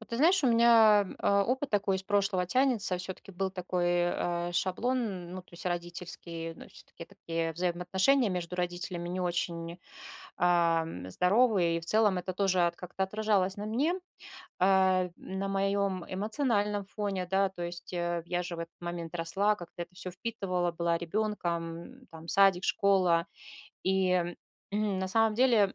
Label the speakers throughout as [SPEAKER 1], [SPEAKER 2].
[SPEAKER 1] Вот ты знаешь, у меня опыт такой из прошлого тянется. Все-таки был такой шаблон, ну, то есть родительский, ну, все-таки такие взаимоотношения между родителями не очень здоровые. И в целом это тоже как-то отражалось на мне, на моем эмоциональном фоне, да, то есть я же в этот момент росла, как-то это все впитывала, была ребенком, там, садик, школа. И на самом деле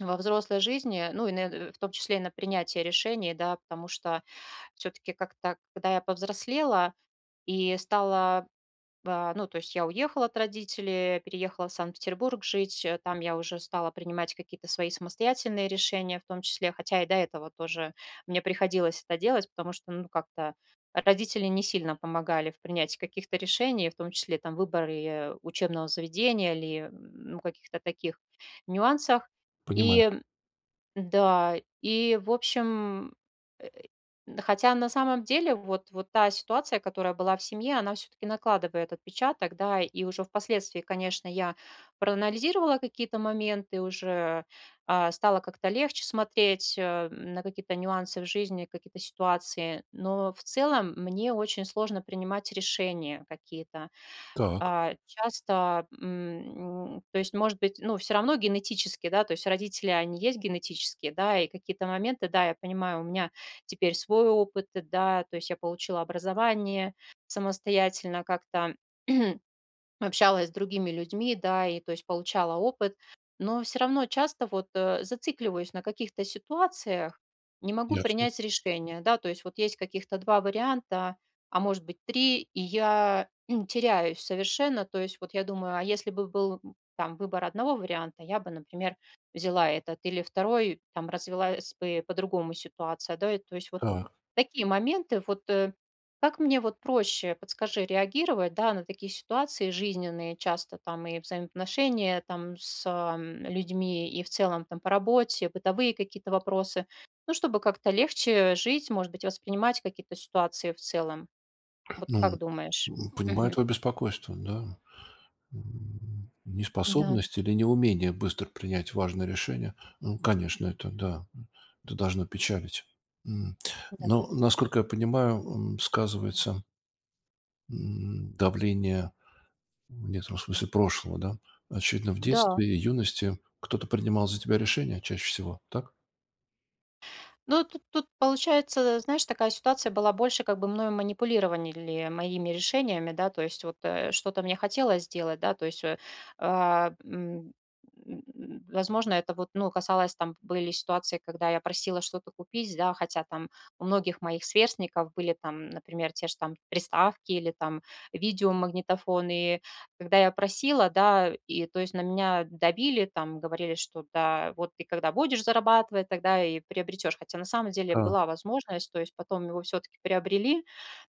[SPEAKER 1] во взрослой жизни, ну и в том числе и на принятие решений, да, потому что все таки как-то, когда я повзрослела и стала, ну, то есть я уехала от родителей, переехала в Санкт-Петербург жить, там я уже стала принимать какие-то свои самостоятельные решения в том числе, хотя и до этого тоже мне приходилось это делать, потому что, ну, как-то родители не сильно помогали в принятии каких-то решений, в том числе там выборы учебного заведения или, ну, каких-то таких нюансах.
[SPEAKER 2] Понимаю.
[SPEAKER 1] И да, и, в общем, э, да, хотя на самом деле вот та ситуация, которая была в семье, она все-таки накладывает отпечаток, да, и уже впоследствии, конечно, я проанализировала какие-то моменты, уже стало как-то легче смотреть на какие-то нюансы в жизни, какие-то ситуации, но в целом мне очень сложно принимать решения какие-то.
[SPEAKER 2] Так,
[SPEAKER 1] Часто, то есть, может быть, ну, все равно генетически, да, то есть родители, они есть генетические, да, и какие-то моменты, да, я понимаю, у меня теперь свой опыт, да, то есть я получила образование самостоятельно как-то. Общалась с другими людьми, да, и то есть получала опыт, но все равно часто вот, зацикливаюсь на каких-то ситуациях, не могу
[SPEAKER 2] ясно.
[SPEAKER 1] принять решение, да, то есть вот есть каких-то 2 варианта, а может быть 3, и я теряюсь совершенно. То есть вот я думаю, а если бы был, там выбор одного варианта, я бы, например, взяла этот или второй, там развилась бы по-другому ситуация, да. И то есть вот
[SPEAKER 2] Так,
[SPEAKER 1] такие моменты вот, как мне вот проще, подскажи, реагировать, да, на такие ситуации жизненные, часто там и взаимоотношения там с людьми, и в целом там по работе, бытовые какие-то вопросы, ну, чтобы как-то легче жить, может быть, воспринимать какие-то ситуации в целом. Вот
[SPEAKER 2] ну,
[SPEAKER 1] как думаешь?
[SPEAKER 2] понимаю
[SPEAKER 1] Мгм.
[SPEAKER 2] твое беспокойство, да.
[SPEAKER 1] Да,
[SPEAKER 2] Неспособность или неумение быстро принять важное решение, ну, конечно, это, да, это должно печалить. М, Но,
[SPEAKER 1] да.
[SPEAKER 2] насколько я понимаю, сказывается давление, в некотором смысле, прошлого, да. Очевидно, в
[SPEAKER 1] Да.
[SPEAKER 2] детстве и юности кто-то принимал за тебя решение чаще всего, так?
[SPEAKER 1] Ну, тут получается, знаешь, такая ситуация была больше, как бы мною манипулировали моими решениями, да, то есть вот что-то мне хотелось сделать, да, то есть, а, м, м, возможно, это вот, ну, касалось, там были ситуации, когда я просила что-то купить, да, хотя там у многих моих сверстников были там, например, те же там приставки или там видеомагнитофоны, когда я просила, да, и то есть на меня давили, там говорили, что да, вот ты когда будешь зарабатывать, тогда и приобретешь. Хотя на самом деле
[SPEAKER 2] Да,
[SPEAKER 1] была возможность, то есть потом его все-таки приобрели,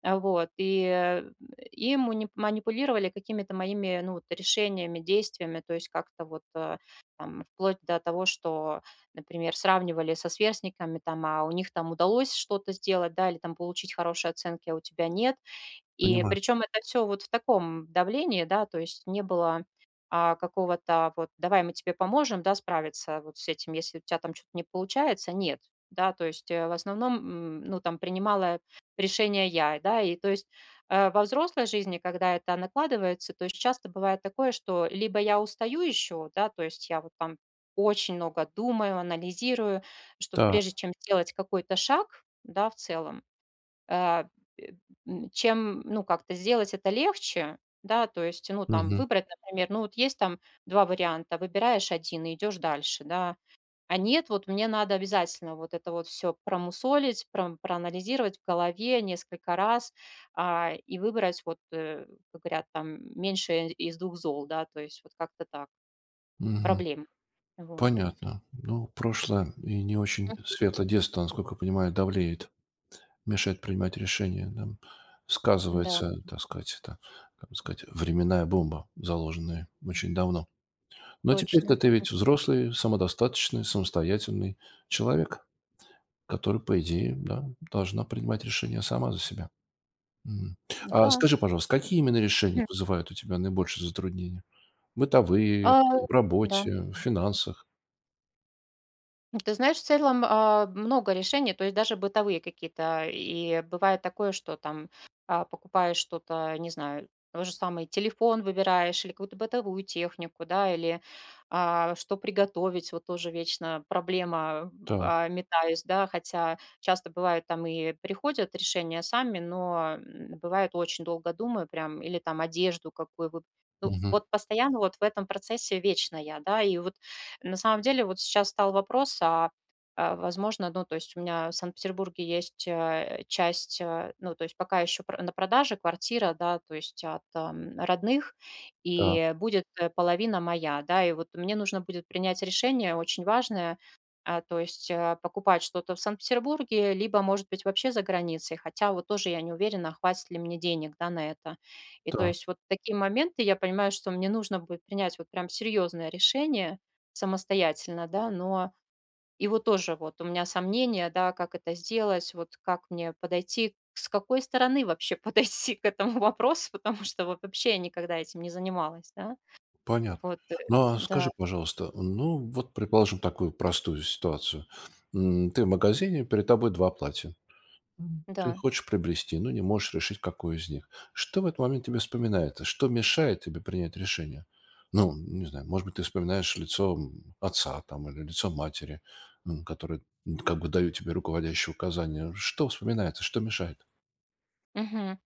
[SPEAKER 1] вот, и манипулировали какими-то моими, ну, вот решениями, действиями, то есть как-то вот там, вплоть до того, что, например, сравнивали со сверстниками, там, а у них там удалось что-то сделать, да, или там получить хорошие оценки, а у тебя нет, и
[SPEAKER 2] понимаю.
[SPEAKER 1] причем это все вот в таком давлении, да, то есть не было, какого-то вот: "Давай мы тебе поможем, да, справиться вот с этим, если у тебя там что то не получается". Нет, да, то есть, в основном, ну, там принимала решение я, да. И то есть, во взрослой жизни, когда это накладывается, то есть часто бывает такое, что либо я устаю еще, да, то есть я вот там очень много думаю, анализирую, чтобы
[SPEAKER 2] Так.
[SPEAKER 1] прежде чем сделать какой-то шаг, да, в целом, а, э, чем, ну, как-то сделать это легче, да, то есть, ну, там,
[SPEAKER 2] Мгм.
[SPEAKER 1] выбрать, например, ну, вот есть там 2 варианта, выбираешь один и идешь дальше, да. А нет, вот мне надо обязательно вот это вот все промусолить, пром проанализировать в голове несколько раз, и выбрать вот, как говорят, там, меньше из двух зол, да, то есть вот как-то так,
[SPEAKER 2] Мгм.
[SPEAKER 1] проблем. Вот.
[SPEAKER 2] Понятно. Ну, прошлое и не очень
[SPEAKER 1] Мгм.
[SPEAKER 2] светлое детство, насколько я понимаю, давлеет, мешает принимать решения. Да.
[SPEAKER 1] Да,
[SPEAKER 2] Сказывается, так сказать, это, как сказать, временная бомба, заложенная очень давно. Но теперь-то
[SPEAKER 1] точно.
[SPEAKER 2] ты ведь взрослый, самодостаточный, самостоятельный человек, который, по идее, да, должна принимать решения сама за себя. М. А
[SPEAKER 1] Да.
[SPEAKER 2] скажи, пожалуйста, какие именно решения
[SPEAKER 1] Мгм.
[SPEAKER 2] вызывают у тебя наибольшие затруднения?
[SPEAKER 1] А,
[SPEAKER 2] Бытовые, в
[SPEAKER 1] да.
[SPEAKER 2] работе, в финансах?
[SPEAKER 1] Ну, ты знаешь, в целом, много решений, то есть даже бытовые какие-то. И бывает такое, что там, покупаешь что-то, не знаю, тот же самый телефон выбираешь или какую-то бытовую технику, да, или, что приготовить. Вот тоже вечно проблема,
[SPEAKER 2] Так.
[SPEAKER 1] метаюсь, да. Хотя часто бывает, там и приходят решения сами, но, бывает, очень долго думаю прям или там одежду какую выбрать, ну,
[SPEAKER 2] Мгм.
[SPEAKER 1] вот постоянно вот в этом процессе вечно я, да. И вот на самом деле вот сейчас стал вопрос, возможно, ну, то есть у меня в Санкт-Петербурге есть часть, ну, то есть пока еще на продаже квартира, да, то есть от родных,
[SPEAKER 2] Так.
[SPEAKER 1] и будет половина моя, да, и вот мне нужно будет принять решение очень важное, то есть покупать что-то в Санкт-Петербурге, либо, может быть, вообще за границей, хотя вот тоже я не уверена, хватит ли мне денег, да, на это. И то
[SPEAKER 2] Так.
[SPEAKER 1] есть вот такие моменты, я понимаю, что мне нужно будет принять вот прям серьезное решение, самостоятельно, да, но его тоже вот у меня сомнения, да, как это сделать, вот как мне подойти, с какой стороны вообще подойти к этому вопросу, потому что вот вообще я никогда этим не занималась, да.
[SPEAKER 2] Понятно.
[SPEAKER 1] Вот,
[SPEAKER 2] Ну, а
[SPEAKER 1] да,
[SPEAKER 2] скажи, пожалуйста, ну, вот предположим такую простую ситуацию. Ты в магазине, перед тобой два платья. Мгм. Ты
[SPEAKER 1] да.
[SPEAKER 2] хочешь приобрести, но не можешь решить, какое из них. Что в этот момент тебе вспоминается? Что мешает тебе принять решение? Ну, не знаю, может быть, ты вспоминаешь лицо отца там, или лицо матери, которые как бы дают тебе руководящие указания. Что вспоминается, что мешает?
[SPEAKER 1] Мгм.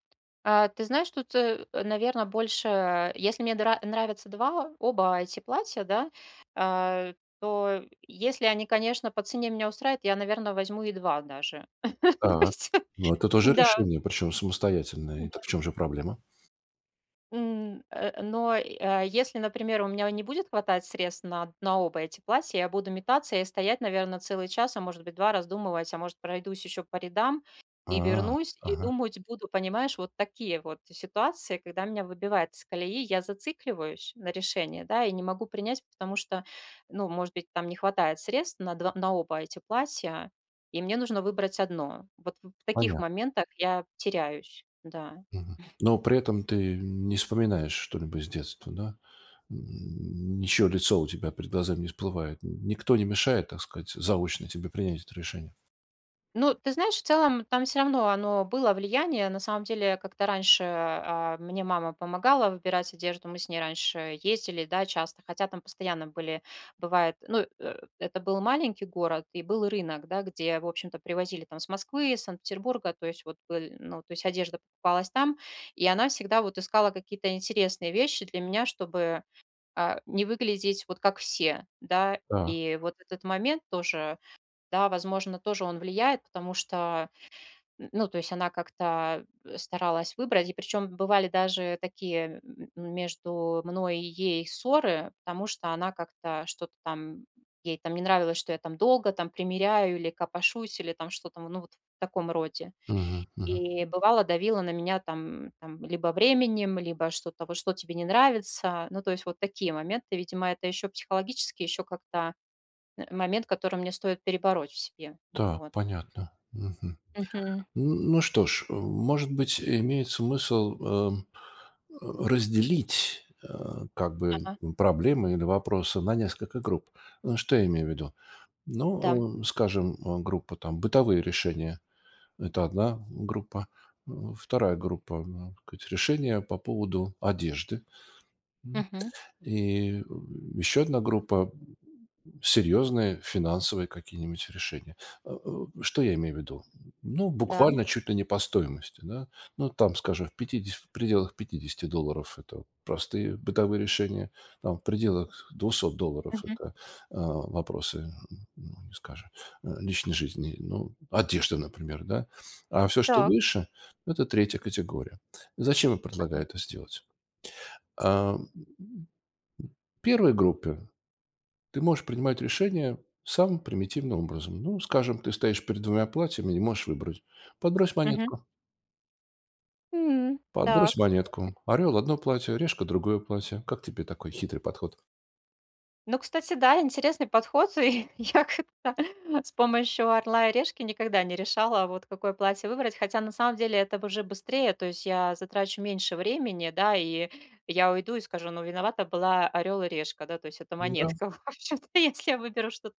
[SPEAKER 1] Ты знаешь, тут, наверное, больше, если мне нравятся два, оба эти платья, да, а, то если они, конечно, по цене меня устраивают, я, наверное, возьму и два даже. То
[SPEAKER 2] А,
[SPEAKER 1] есть,
[SPEAKER 2] ну это тоже
[SPEAKER 1] да,
[SPEAKER 2] решение, причем самостоятельное. Это в чем же проблема?
[SPEAKER 1] Но, если, например, у меня не будет хватать средств на оба эти платья, я буду метаться и стоять, наверное, целый час, а может быть 2 раздумывать, а может пройдусь еще по рядам
[SPEAKER 2] А,
[SPEAKER 1] и вернусь, и
[SPEAKER 2] ага,
[SPEAKER 1] думать буду, понимаешь, вот такие вот ситуации, когда меня выбивает из колеи, я зацикливаюсь на решение, да, и не могу принять, потому что, ну, может быть, там не хватает средств на два на оба эти платья, и мне нужно выбрать одно. Вот в таких
[SPEAKER 2] понятно.
[SPEAKER 1] моментах я теряюсь, да.
[SPEAKER 2] Мгм. Но при этом ты не вспоминаешь что-либо с детства, да? Ничего, лицо у тебя перед глазами не всплывает. Никто не мешает, так сказать, заочно тебе принять это решение.
[SPEAKER 1] Ну, ты знаешь, в целом там все равно оно было влияние. На самом деле, как-то раньше, мне мама помогала выбирать одежду, мы с ней раньше ездили, да, часто, хотя там постоянно были, бывает, ну, это был маленький город и был рынок, да, где, в общем-то, привозили там с Москвы, из Санкт-Петербурга, то есть вот был, ну, то есть одежда покупалась там, и она всегда вот искала какие-то интересные вещи для меня, чтобы, не выглядеть вот как все, да.
[SPEAKER 2] Так,
[SPEAKER 1] И вот этот момент тоже да, возможно, тоже он влияет, потому что, н ну, то есть она как-то, старалась выбрать. И причем бывали даже такие между мной и ей ссоры, потому что она как-то что-то там ей там не нравилось, что я там долго там примеряю или копошусь, или там что-то, ну, вот в таком роде.
[SPEAKER 2] мгм, мгм.
[SPEAKER 1] И бывало, давила на меня там либо временем, либо что-то: "Вот что тебе не нравится?" Ну, то есть вот такие моменты. Видимо, это еще психологически еще как-то, момент, который мне стоит перебороть в себе.
[SPEAKER 2] Так,
[SPEAKER 1] Вот.
[SPEAKER 2] понятно. Мгм.
[SPEAKER 1] Мгм.
[SPEAKER 2] Ну что ж, может быть, имеет смысл разделить как бы
[SPEAKER 1] Ага.
[SPEAKER 2] проблемы или вопросы на несколько групп. Что я имею в виду?
[SPEAKER 1] Да.
[SPEAKER 2] Ну, скажем, группа там бытовые решения. Это одна группа. Э, Вторая группа, так сказать, решения по поводу одежды.
[SPEAKER 1] Мгм.
[SPEAKER 2] И еще одна группа– серьезные финансовые какие-нибудь решения. Э, э, Что я имею в виду? Ну,
[SPEAKER 1] Да.
[SPEAKER 2] буквально чуть ли не по стоимости. Да? Ну, там, скажем, 50, в пределах $50 это простые бытовые решения, там в пределах $200
[SPEAKER 1] Мгм.
[SPEAKER 2] это вопросы, ну, не скажем, личной жизни, ну, одежды, например, да. А все, что
[SPEAKER 1] Так.
[SPEAKER 2] выше, это третья категория. Зачем я
[SPEAKER 1] Ага.
[SPEAKER 2] предлагаю это сделать? А, в первой группе ты можешь принимать решения самым примитивным образом. Ну, скажем, ты стоишь перед двумя платьями и не можешь выбрать. Подбрось
[SPEAKER 1] Мгм.
[SPEAKER 2] монетку. Подбрось
[SPEAKER 1] Так.
[SPEAKER 2] монетку. Орел– одно платье, решка– другое платье. Как тебе такой хитрый подход?
[SPEAKER 1] Ну, кстати, да, интересный подход. И я как-то с помощью "Орла и решки" никогда не решала, вот какое платье выбрать. Хотя на самом деле это уже быстрее, то есть я затрачу меньше времени, да, и я уйду и скажу: "Ну, виновата была "Орел и решка", да". То есть это
[SPEAKER 2] Да.
[SPEAKER 1] монетка, в общем-то, если я выберу что-то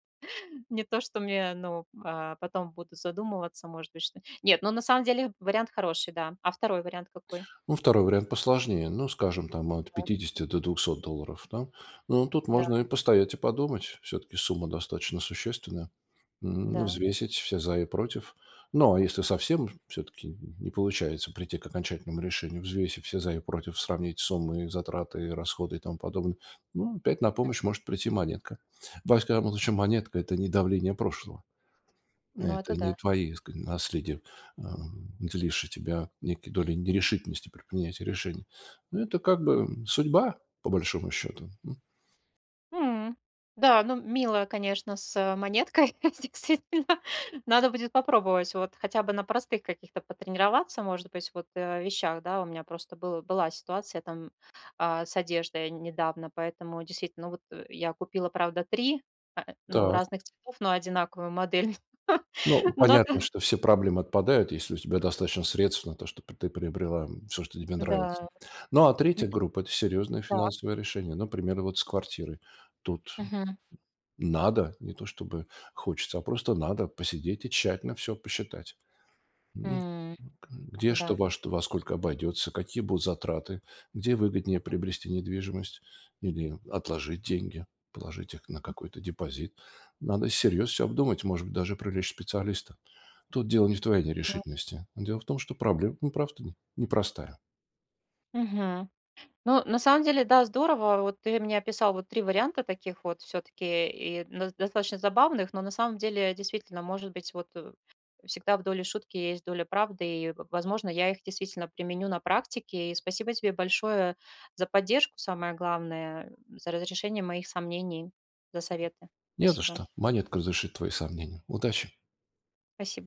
[SPEAKER 1] не то, что мне, ну, потом буду задумываться, может быть, что нет, ну, на самом деле вариант хороший, да. А второй вариант какой?
[SPEAKER 2] Ну, второй вариант посложнее. Ну, скажем, там от $50 до $200. Да? Ну, тут
[SPEAKER 1] Да,
[SPEAKER 2] можно и постоять и подумать. Все-таки сумма достаточно существенная.
[SPEAKER 1] да.
[SPEAKER 2] Взвесить все за и против. Ну, а если совсем все-таки не получается прийти к окончательному решению, взвесив все за и против, сравнить суммы, затраты, расходы и тому подобное, ну, опять на помощь может прийти монетка. Во всяком случае, монетка– это не давление прошлого.
[SPEAKER 1] Ну, это
[SPEAKER 2] Это не
[SPEAKER 1] да.
[SPEAKER 2] твои, так сказать, наследие, делившие тебя некие доли нерешительности при принятии решений. Ну, это как бы судьба, по большому счету. М,
[SPEAKER 1] М. Да, ну, мило, конечно, с монеткой, действительно. Надо будет попробовать вот хотя бы на простых каких-то потренироваться, может быть, вот, вещах, да. У меня просто была ситуация там, с одеждой недавно, поэтому действительно, ну, вот, я купила, правда, 3 ну,
[SPEAKER 2] так.
[SPEAKER 1] разных цветов, но одинаковую модель.
[SPEAKER 2] Ну,
[SPEAKER 1] Но.
[SPEAKER 2] понятно, что все проблемы отпадают, если у тебя достаточно средств на то, чтобы ты приобрела все, что тебе нравится.
[SPEAKER 1] Да.
[SPEAKER 2] Ну, а третья
[SPEAKER 1] Мгм.
[SPEAKER 2] группа- это серьезные
[SPEAKER 1] Так.
[SPEAKER 2] финансовые решения. Например, вот с квартирой. Тут
[SPEAKER 1] Мгм.
[SPEAKER 2] надо, не то чтобы хочется, а просто надо посидеть и тщательно все посчитать. М,
[SPEAKER 1] М,
[SPEAKER 2] Где
[SPEAKER 1] да.
[SPEAKER 2] что во сколько обойдется, какие будут затраты, где выгоднее приобрести недвижимость или отложить деньги, положить их на какой-то депозит. Надо всерьез все обдумать, может быть, даже привлечь специалиста. Тут дело не в твоей
[SPEAKER 1] Да.
[SPEAKER 2] нерешительности. Дело в том, что проблема, ну, правда, непростая.
[SPEAKER 1] Мгм. Ну, на самом деле, да, здорово. Вот ты мне описал вот 3 варианта таких вот все таки и но достаточно забавных, но на самом деле, действительно, может быть, вот, всегда в доле шутки есть доля правды, и, в возможно, я их действительно применю на практике. И спасибо тебе большое за поддержку, самое главное, за разрешение моих сомнений, за советы.
[SPEAKER 2] Не за
[SPEAKER 1] Спасибо.
[SPEAKER 2] что. Монетка разрешит твои сомнения. Удачи!
[SPEAKER 1] Спасибо.